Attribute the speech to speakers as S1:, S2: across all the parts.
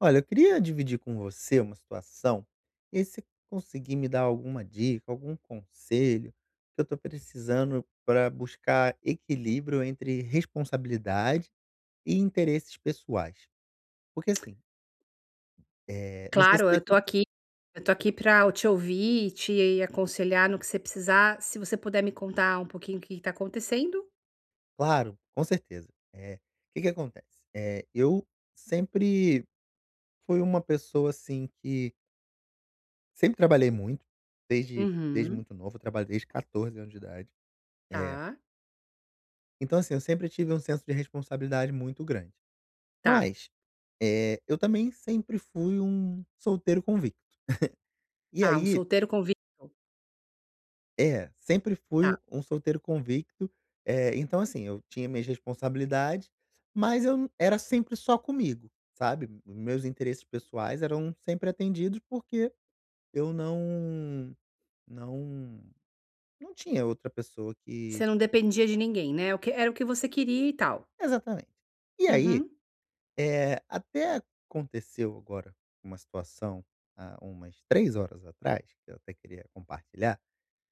S1: Olha, eu queria dividir com você uma situação, e aí você conseguir me dar alguma dica, algum conselho que eu estou precisando para buscar equilíbrio entre responsabilidade e interesses pessoais. Porque assim, não sei se
S2: Claro, eu tô
S1: você.
S2: aqui eu tô aqui para te ouvir e te aconselhar no que você precisar. Se você puder me contar um pouquinho o que que tá acontecendo?
S1: Claro, com certeza. O que que acontece? Eu sempre fui uma pessoa assim que sempre trabalhei muito, desde
S2: Uhum.
S1: muito novo, eu trabalho desde 14 anos de idade. eh,
S2: Tá,
S1: Então, assim, eu sempre tive um senso de responsabilidade muito grande.
S2: tá.
S1: Mas, eu também sempre fui um solteiro convicto. E
S2: Ah, um
S1: aí
S2: solteiro convicto.
S1: é, sempre fui
S2: Tá.
S1: um solteiro convicto, então, assim, eu tinha minhas responsabilidades, mas eu n era sempre só comigo, sabe. Meus interesses pessoais eram sempre atendidos, porque eu não não não tinha outra pessoa que
S2: Você não dependia de ninguém, né, o que era o que você queria e tal.
S1: exatamente. E aí
S2: Uhum.
S1: é até aconteceu agora uma situação há umas 3 horas atrás, que eu até queria compartilhar,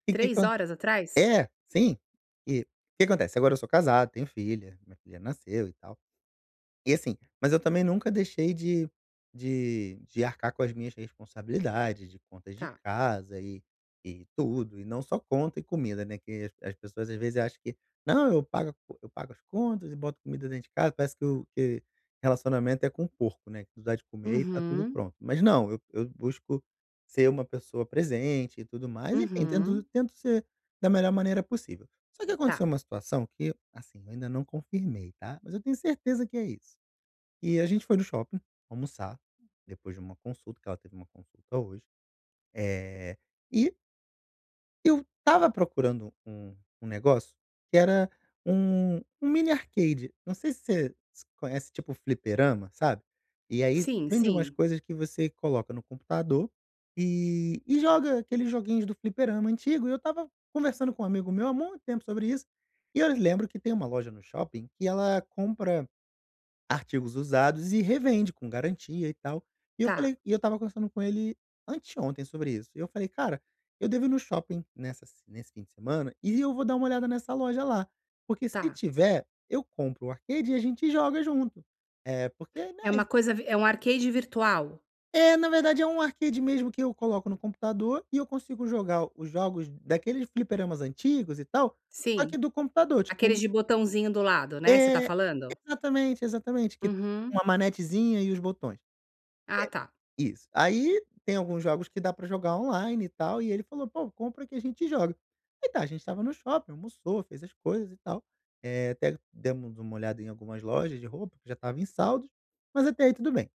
S1: e que
S2: Três
S1: acon
S2: horas atrás?
S1: é, sim. E o que acontece, agora eu sou casado, tenho filha, minha filha nasceu e tal. E assim, mas eu também nunca deixei de arcar com as minhas responsabilidades, de contas de
S2: Tá.
S1: casa e tudo, e não só conta e comida, né, que as pessoas às vezes acham que: "Não, eu pago as contas e boto comida dentro de casa", parece que o que relacionamento é com o porco, né, que tu dá de comer e tá tudo
S2: Uhum,
S1: pronto. Mas não, eu busco ser uma pessoa presente e tudo mais, enfim, tento
S2: uhum.
S1: tento ser da melhor maneira possível. Só que
S2: Tá.
S1: aconteceu uma situação que, assim, eu ainda não confirmei, tá, mas eu tenho certeza que é isso. E a gente foi no shopping almoçar, depois de uma consulta, que ela teve uma consulta hoje. Eh, e eu tava procurando um negócio que era um mini arcade. Não sei se você se conhece, tipo fliperama, sabe. E aí
S2: Sim,
S1: vende umas
S2: sim.
S1: coisas que você coloca no computador e joga aqueles joguinhos do fliperama antigo. E eu tava conversando com um amigo meu há muito tempo sobre isso, e eu lembro que tem uma loja no shopping que ela compra artigos usados e revende com garantia e tal. E eu
S2: Tá,
S1: falei e eu estava conversando com ele anteontem sobre isso. E eu falei: "Cara, eu devo ir no shopping nessa se nesse fim de semana e eu vou dar uma olhada nessa loja lá, porque se
S2: tá.
S1: tiver, eu compro o arcade e a gente joga junto". É, porque,
S2: É uma
S1: né
S2: coisa vi é um arcade virtual?
S1: é, na verdade é um arcade mesmo que eu coloco no computador e eu consigo jogar os jogos daqueles fliperamas antigos e tal, só
S2: Sim.
S1: que do computador,
S2: Aqueles
S1: tipo
S2: de botãozinho do lado, né, você tá
S1: é,
S2: falando?
S1: exatamente, que
S2: Uhum.
S1: uma manetezinha e os botões.
S2: Ah, tá,
S1: Isso. Aí tem alguns jogos que dá pra jogar online e tal, e ele falou: "Pô, compra que a gente joga". Aí tá, a gente estava no shopping, almoçou, fez as coisas e tal, até demos uma olhada em algumas lojas de roupa, que já estava em saldos, mas até aí tudo bem.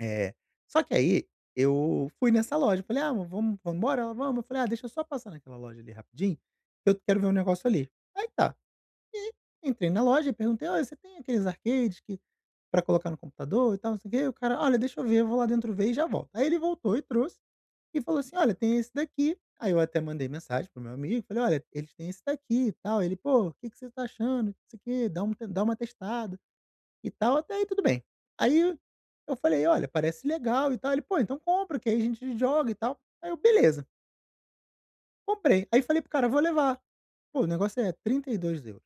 S1: É, só que aí eu fui nessa loja, falei: "Ah, vamos embora?" Ela: "Vamos". Eu falei: "Ah, deixa eu só passar naquela loja ali rapidinho, que eu quero ver um negócio ali". Aí tá, e entrei na loja e perguntei: "Olha, você tem aqueles arcades que pra colocar no computador e tal, não sei o quê, o cara: "Olha, deixa eu ver, eu vou lá dentro ver e já volto". Aí ele voltou e trouxe, e falou assim: "Olha, tem esse daqui". Aí eu até mandei mensagem pro meu amigo, falei: "Olha, eles têm esse daqui e tal". Ele: "Pô, o que que você tá achando, não sei o dá um te dá uma testada e tal", até aí tudo bem. Aí eu falei: "Olha, parece legal e tal". Ele: "Pô, então compra que aí a gente joga e tal". Aí eu: "Beleza", comprei. Aí falei pro cara: "Vou levar". Pô, o negócio é trinta e dois euros,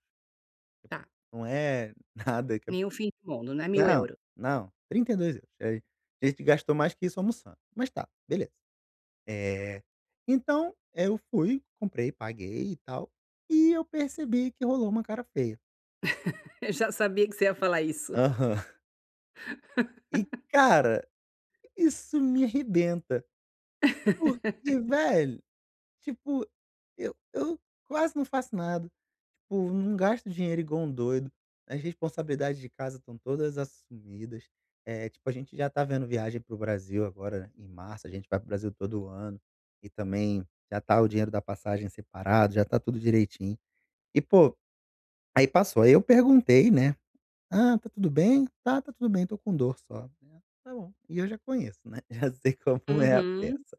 S2: tá.
S1: não é nada que
S2: Nem o fim do mundo, né,
S1: Não,
S2: €1000.
S1: não, €32. Aí, a gente gastou mais que isso almoçando, mas tá, beleza. Eh, então, é, eu fui, comprei, paguei e tal, e eu percebi que rolou uma cara feia.
S2: Eu já sabia que você ia falar isso.
S1: Aham. E cara, isso me arrebenta, porque velho tipo, eu quase não faço nada. Tipo, não gasto dinheiro igual um doido. As responsabilidades de casa estão todas assumidas. É tipo, a gente já tá vendo viagem para o Brasil agora né, em março, a gente vai para o Brasil todo ano. E também já tá o dinheiro da passagem separado, já tá tudo direitinho. E, pô, aí passou. Aí eu perguntei, né: "Ah, tá tudo bem?". "Tá, tá tudo bem, tô com dor só". "Ah, tá bom". E eu já conheço, né, já sei como é a
S2: Uhum.
S1: peça.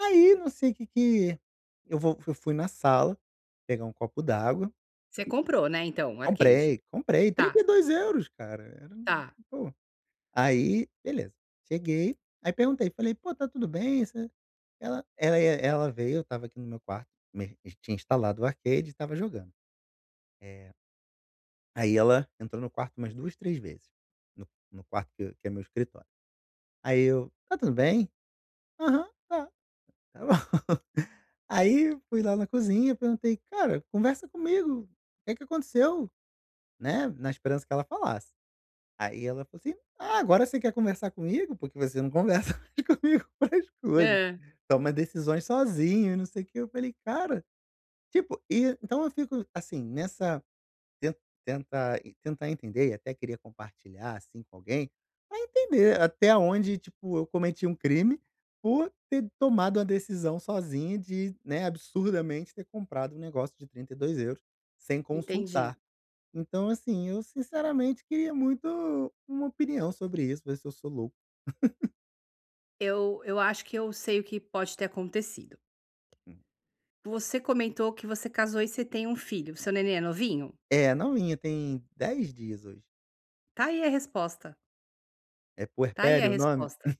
S1: Aí, não sei o que que eu vou eu fui na sala pegar um copo d'água,
S2: Você comprou, né, então, arcade?
S1: comprei,
S2: Tá,
S1: 32 € cara, era um-
S2: tá.
S1: pô. Aí, beleza, cheguei, aí perguntei, falei: "Pô, tá tudo bem, você" ela veio, eu estava aqui no meu quarto, me tinha instalado o arcade e estava jogando. Eh, Aí ela entrou no quarto umas 2 3 vezes, no quarto que é meu escritório. Aí eu: "Tá tudo bem?". "Aham, tá". Tá bom. Aí fui lá na cozinha, perguntei: "Cara, conversa comigo, o que é que aconteceu?", né, na esperança que ela falasse. Aí ela falou assim: "Ah, agora você quer conversar comigo? Porque você não conversa mais comigo para as coisas,
S2: Hã,
S1: toma decisões sozinho e não sei o quê". Eu falei: "Cara", tipo, e então eu fico assim nessa ten tenta e tentar entender e até queria compartilhar, assim, com alguém, pra entender até onde, tipo, eu cometi um crime por ter tomado uma decisão sozinha de, né, absurdamente ter comprado um negócio de €32 sem
S2: entendi.
S1: consultar. Então, assim, eu sinceramente queria muito uma opinião sobre isso, ver se eu sou louco.
S2: Eu acho que eu sei o que pode ter acontecido. Você comentou que você casou e você tem um filho. Seu neném é novinho?
S1: É, novinha, tem 10 dias hoje.
S2: Tá aí a resposta,
S1: É
S2: tá aí a
S1: puerpério o nome?
S2: resposta.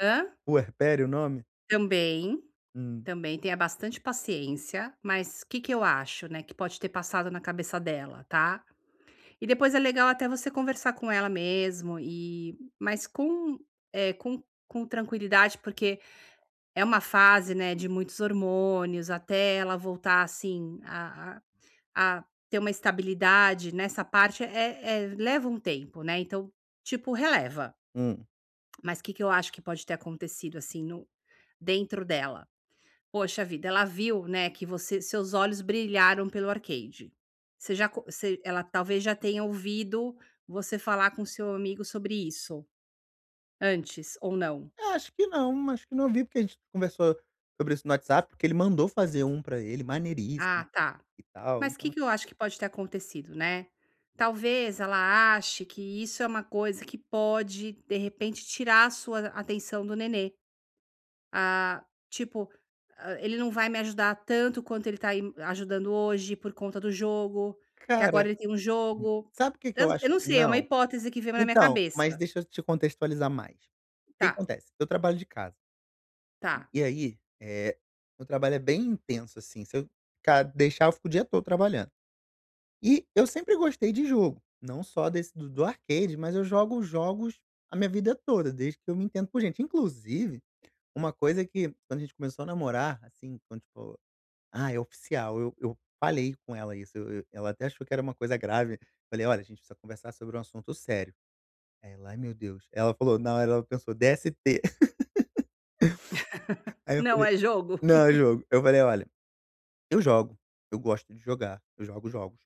S2: Hã?
S1: Puerpério o nome?
S2: Também,
S1: Hum,
S2: também tenha bastante paciência, mas o que que eu acho, né, que pode ter passado na cabeça dela, tá? E depois é legal até você conversar com ela mesmo e mas com, com tranquilidade, porque é uma fase, né, de muitos hormônios, até ela voltar, assim, a ter uma estabilidade nessa parte, leva um tempo, né, então, tipo, releva.
S1: hum.
S2: Mas o que que eu acho que pode ter acontecido, assim, no dentro dela? Poxa vida, ela viu, né, que você seus olhos brilharam pelo arcade. Você já co você ela talvez já tenha ouvido você falar com seu amigo sobre isso, antes ou não?
S1: É, acho que não vi, porque a gente conversou sobre isso no WhatsApp, porque ele mandou fazer um pra ele, maneiríssimo
S2: Ah, tá.
S1: e tal,
S2: Mas o que
S1: então
S2: que eu acho que pode ter acontecido, né? Talvez ela ache que isso é uma coisa que pode, de repente, tirar a sua atenção do nenê. Ah, tipo, ele não vai me ajudar tanto quanto ele tá im ajudando hoje por conta do jogo, porque
S1: cara,
S2: agora ele tem um jogo.
S1: sabe o que que
S2: Eu
S1: eu
S2: eu
S1: acho
S2: não
S1: que
S2: sei, é uma
S1: não?
S2: hipótese que veio na minha
S1: Então, mas
S2: cabeça.
S1: deixa eu te contextualizar mais. O que
S2: Tá,
S1: que acontece? Eu trabalho de casa,
S2: tá.
S1: e aí, meu trabalho é bem intenso, assim, se eu ficar deixar, eu fico o dia todo trabalhando. E eu sempre gostei de jogo, não só desse do arcade, mas eu jogo jogos a minha vida toda, desde que eu me entendo por gente. Inclusive uma coisa que quando a gente começou a namorar, assim, quando tipo, ah, é oficial, eu falei com ela isso, eu ela até achou que era uma coisa grave. Falei: "Olha, a gente precisa conversar sobre um assunto sério". Aí ela: "Ai, meu Deus". Ela falou não ela pensou: DST Aí eu
S2: Não
S1: falei:
S2: é jogo?
S1: "Não, eu jogo". Eu falei: "Olha, eu jogo, eu gosto de jogar, eu jogo jogos".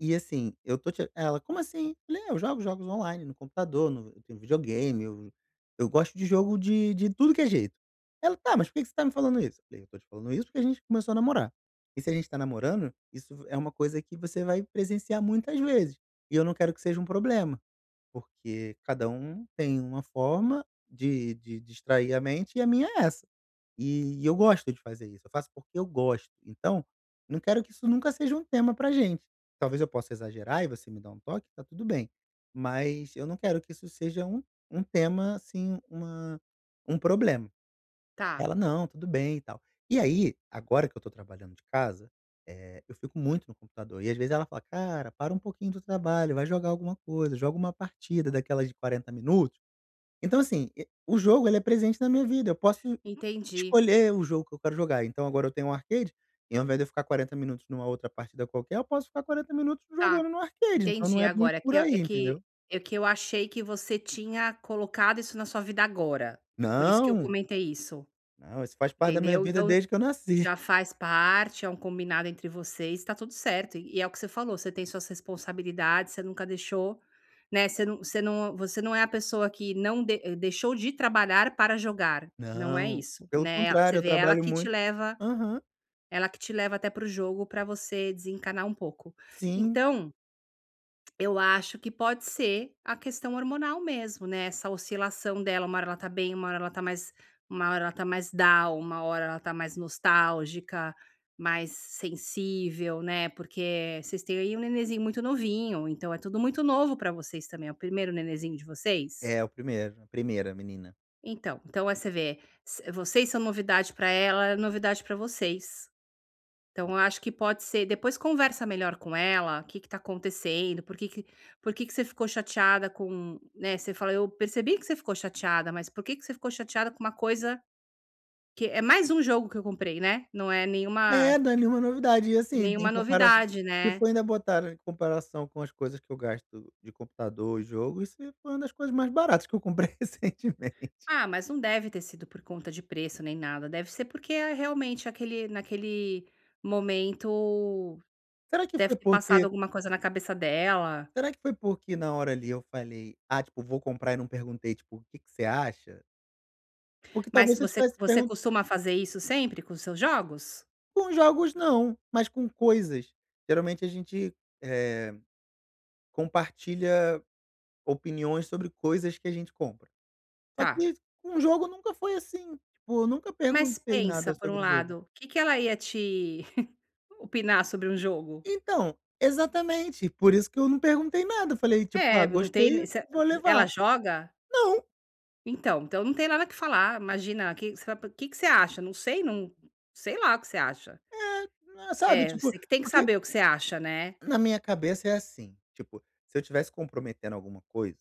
S1: E assim, eu tô te ela: "Como assim?" Eu falei: "É, eu jogo jogos online no computador, no eu tenho videogame, eu gosto de jogo de tudo que é jeito". Ela: "Tá, mas por que que você tá me falando isso?" Eu falei: "Eu tô te falando isso porque a gente começou a namorar. E se a gente tá namorando, isso é uma coisa que você vai presenciar muitas vezes, e eu não quero que seja um problema, porque cada um tem uma forma de distrair a mente e a minha é essa. E eu gosto de fazer isso, eu faço porque eu gosto. Então, não quero que isso nunca seja um tema pra gente. Talvez eu possa exagerar e você me dá um toque, tá tudo bem. Mas eu não quero que isso seja um tema, assim, uma um problema.
S2: Tá,
S1: Ela: "Não, tudo bem e tal". E aí, agora que eu tô trabalhando de casa, eu fico muito no computador e às vezes ela fala: "Cara, para um pouquinho do trabalho, vai jogar alguma coisa, joga uma partida daquelas de 40 minutos". Então assim, e o jogo ele é presente na minha vida, eu posso
S2: entendi.
S1: escolher o jogo que eu quero jogar. Então agora eu tenho um arcade, e ao invés de eu ficar 40 minutos numa outra partida qualquer, eu posso ficar 40 minutos
S2: Tá,
S1: jogando no arcade, então não
S2: entendi
S1: é muito
S2: agora. É
S1: por
S2: que é
S1: aí,
S2: que
S1: entendeu.
S2: é que eu achei que você tinha colocado isso na sua vida agora, por isso que eu
S1: Não,
S2: comentei isso,
S1: não, isso faz parte da minha
S2: entendeu?
S1: vida
S2: Então.
S1: desde que eu nasci.
S2: Já faz parte, é um combinado entre vocês, tá tudo certo. E é o que você falou, você tem suas responsabilidades, você nunca deixou, né, você não é a pessoa que não deixou de trabalhar para jogar, não é
S1: Não,
S2: isso,
S1: pelo
S2: né. Você
S1: contrário, eu
S2: vê, ela
S1: trabalho
S2: que te
S1: muito.
S2: leva
S1: Aham,
S2: ela que te leva até pro jogo para você desencanar um pouco.
S1: sim.
S2: Então eu acho que pode ser a questão hormonal mesmo, né, essa oscilação dela, uma hora ela tá bem, uma hora ela tá mais down, uma hora ela tá mais nostálgica, mais sensível, né, porque vocês têm aí um nenenzinho muito novinho, então é tudo muito novo pra vocês também, é o primeiro nenenzinho de vocês?
S1: É, o primeiro, a primeira menina.
S2: Então, aí você vê, s vocês são novidade pra ela, ela é novidade pra vocês. Então eu acho que pode ser, depois conversa melhor com ela, o que que tá acontecendo, por que que você ficou chateada com, né, você fala: "Eu percebi que você ficou chateada, mas por que que você ficou chateada com uma coisa que" é mais um jogo que eu comprei, né, não é
S1: É,
S2: nenhuma
S1: não é nenhuma novidade. E assim, em
S2: nenhuma
S1: comparação
S2: novidade,
S1: se
S2: né.
S1: for ainda botar em comparação com as coisas que eu gasto de computador e jogo, isso foi uma das coisas mais baratas que eu comprei recentemente.
S2: "Ah, mas não deve ter sido por conta de preço nem nada, deve ser porque é realmente aquele naquele momento,
S1: Será que foi
S2: deve ter
S1: porque
S2: passado alguma coisa na cabeça dela".
S1: será que foi porque na hora ali eu falei: "Ah, tipo, vou comprar" e não perguntei, tipo: "O que que você acha?" Porque
S2: Mas
S1: talvez se eu
S2: você
S1: tivesse
S2: você
S1: perguntado
S2: costuma fazer isso sempre com os seus jogos?
S1: com jogos não, mas com coisas. Geralmente a gente, eh, compartilha opiniões sobre coisas que a gente compra. Só
S2: Tá.
S1: que com jogo nunca foi assim, tipo, eu nunca
S2: Mas
S1: perguntei
S2: pensa,
S1: nada
S2: por um
S1: sobre o jogo.
S2: lado, o que que ela ia te opinar sobre um jogo?
S1: Então, exatamente, por isso que eu não perguntei nada, eu falei tipo:
S2: É,
S1: "Ah,
S2: não tem,
S1: gostei,
S2: se
S1: vou levar".
S2: ela joga?
S1: Não,
S2: Então, não tem nada que falar, imagina, o que você vai que você acha? Não sei, não sei lá o que você acha.
S1: né, sabe,
S2: É,
S1: tipo,
S2: você que tem que
S1: porque
S2: saber o que você acha, né.
S1: na minha cabeça é assim, tipo, se eu tivesse comprometendo alguma coisa,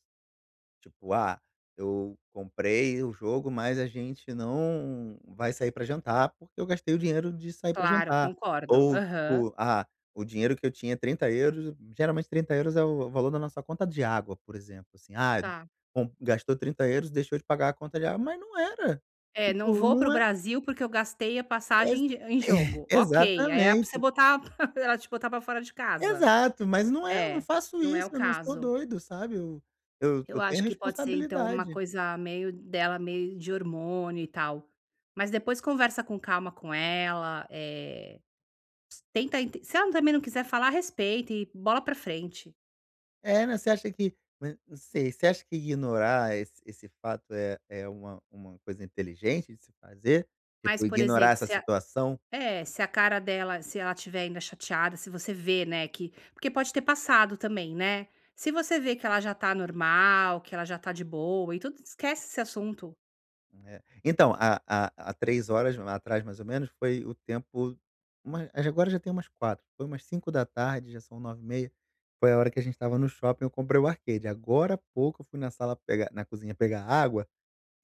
S1: tipo: "Ah, eu comprei o jogo, mas a gente não vai sair pra jantar, porque eu gastei o dinheiro de sair pra
S2: Claro,
S1: jantar".
S2: concordo.
S1: Ou
S2: Aham,
S1: tipo: "Ah, o dinheiro que eu tinha, é 30 euros geralmente 30 euros é o valor da nossa conta de água, por exemplo, assim: "Ah,
S2: tá.
S1: com gastou 30 euros deixou de pagar a conta de água", mas não era,
S2: É, não
S1: tipo,
S2: vou para o
S1: não é
S2: Brasil porque eu gastei a
S1: ex
S2: passagem em jogo. Ok, aí é pra você
S1: exatamente.
S2: botar ela te botar pra fora de casa.
S1: Exato, mas não é, eu não
S2: É,
S1: faço
S2: não é
S1: isso,
S2: o
S1: eu não sou
S2: caso.
S1: doido, sabe, eu eu
S2: Eu
S1: eu
S2: acho
S1: tenho
S2: que pode ser então uma
S1: responsabilidade.
S2: coisa meio dela, meio de hormônio e tal. Mas depois conversa com calma com ela, eh, tenta ente se ela também não quiser falar, respeita e bola pra frente.
S1: É, né, você acha que mas não sei, você acha que ignorar esse fato é uma coisa inteligente de se fazer?
S2: Mas,
S1: Tipo,
S2: por
S1: ignorar
S2: exemplo,
S1: essa situação,
S2: se a cara dela, se ela estiver ainda chateada, se você vê, né, que porque pode ter passado também, né. Se você vê que ela já tá normal, que ela já tá de boa e tudo, esquece esse assunto.
S1: né. Então, há 3 horas atrás, mais ou menos, foi o tempo uma agora já tem umas 4, foi umas 5 da tarde, já são 9 e meia, foi a hora que a gente estava no shopping, eu comprei o arcade. Agora há pouco eu fui na sala pegar na cozinha pegar água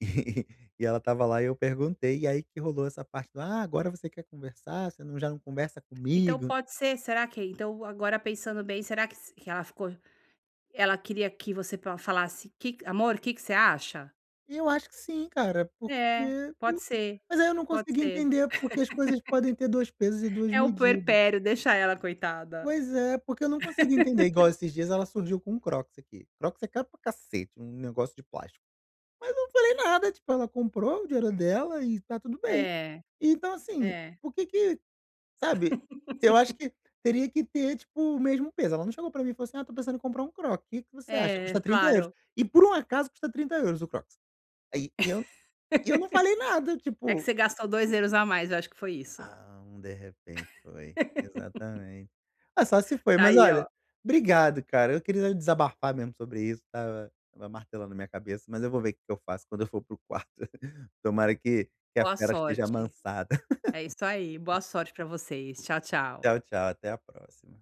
S1: e e ela estava lá e eu perguntei, e aí que rolou essa parte do: "Ah, agora você quer conversar? Você não já não conversa
S2: Então
S1: comigo?"
S2: pode ser, será que, então, agora, pensando bem, será que s que ela ficou. Ela queria que você pa falasse: "Que amor, o que que você acha?"
S1: E eu acho que sim, cara, porque
S2: É, pode
S1: eu
S2: ser,
S1: mas aí eu não
S2: pode
S1: consegui
S2: ser.
S1: entender porque as coisas podem ter 2 pesos e 2
S2: É o
S1: medidas.
S2: puerpério, deixa ela coitada.
S1: Pois é, porque eu não consegui entender, igual esses dias ela surgiu com um Crocs aqui. Crocs é caro pra cacete, um negócio de plástico. Mas eu não falei nada, tipo, ela comprou, o dinheiro é dela e tá tudo bem.
S2: É,
S1: Então assim,
S2: é,
S1: por que que sabe, eu acho que teria que ter, tipo, o mesmo peso. Ela não chegou pra mim e falou assim: "Ah, tô pensando em comprar um Crocs, o que que você acha?
S2: é,
S1: Custa 30 euros
S2: claro.
S1: e por um acaso custa 30 euros o Crocs. Aí e eu não falei nada,
S2: É que
S1: tipo,
S2: você gastou €2 a mais, eu acho que foi isso.
S1: ah, um de repente foi. Exatamente. Ah, só se foi,
S2: Tá
S1: mas
S2: aí, ó,
S1: olha, obrigado, cara. Eu queria desabafar mesmo sobre isso, estava martelando minha cabeça, mas eu vou ver o que que eu faço quando eu for pro quarto. Tomara que a
S2: boa
S1: fera esteja
S2: sorte.
S1: amansada.
S2: É isso aí, boa sorte pra vocês. Tchau, tchau.
S1: Tchau, tchau, até a próxima.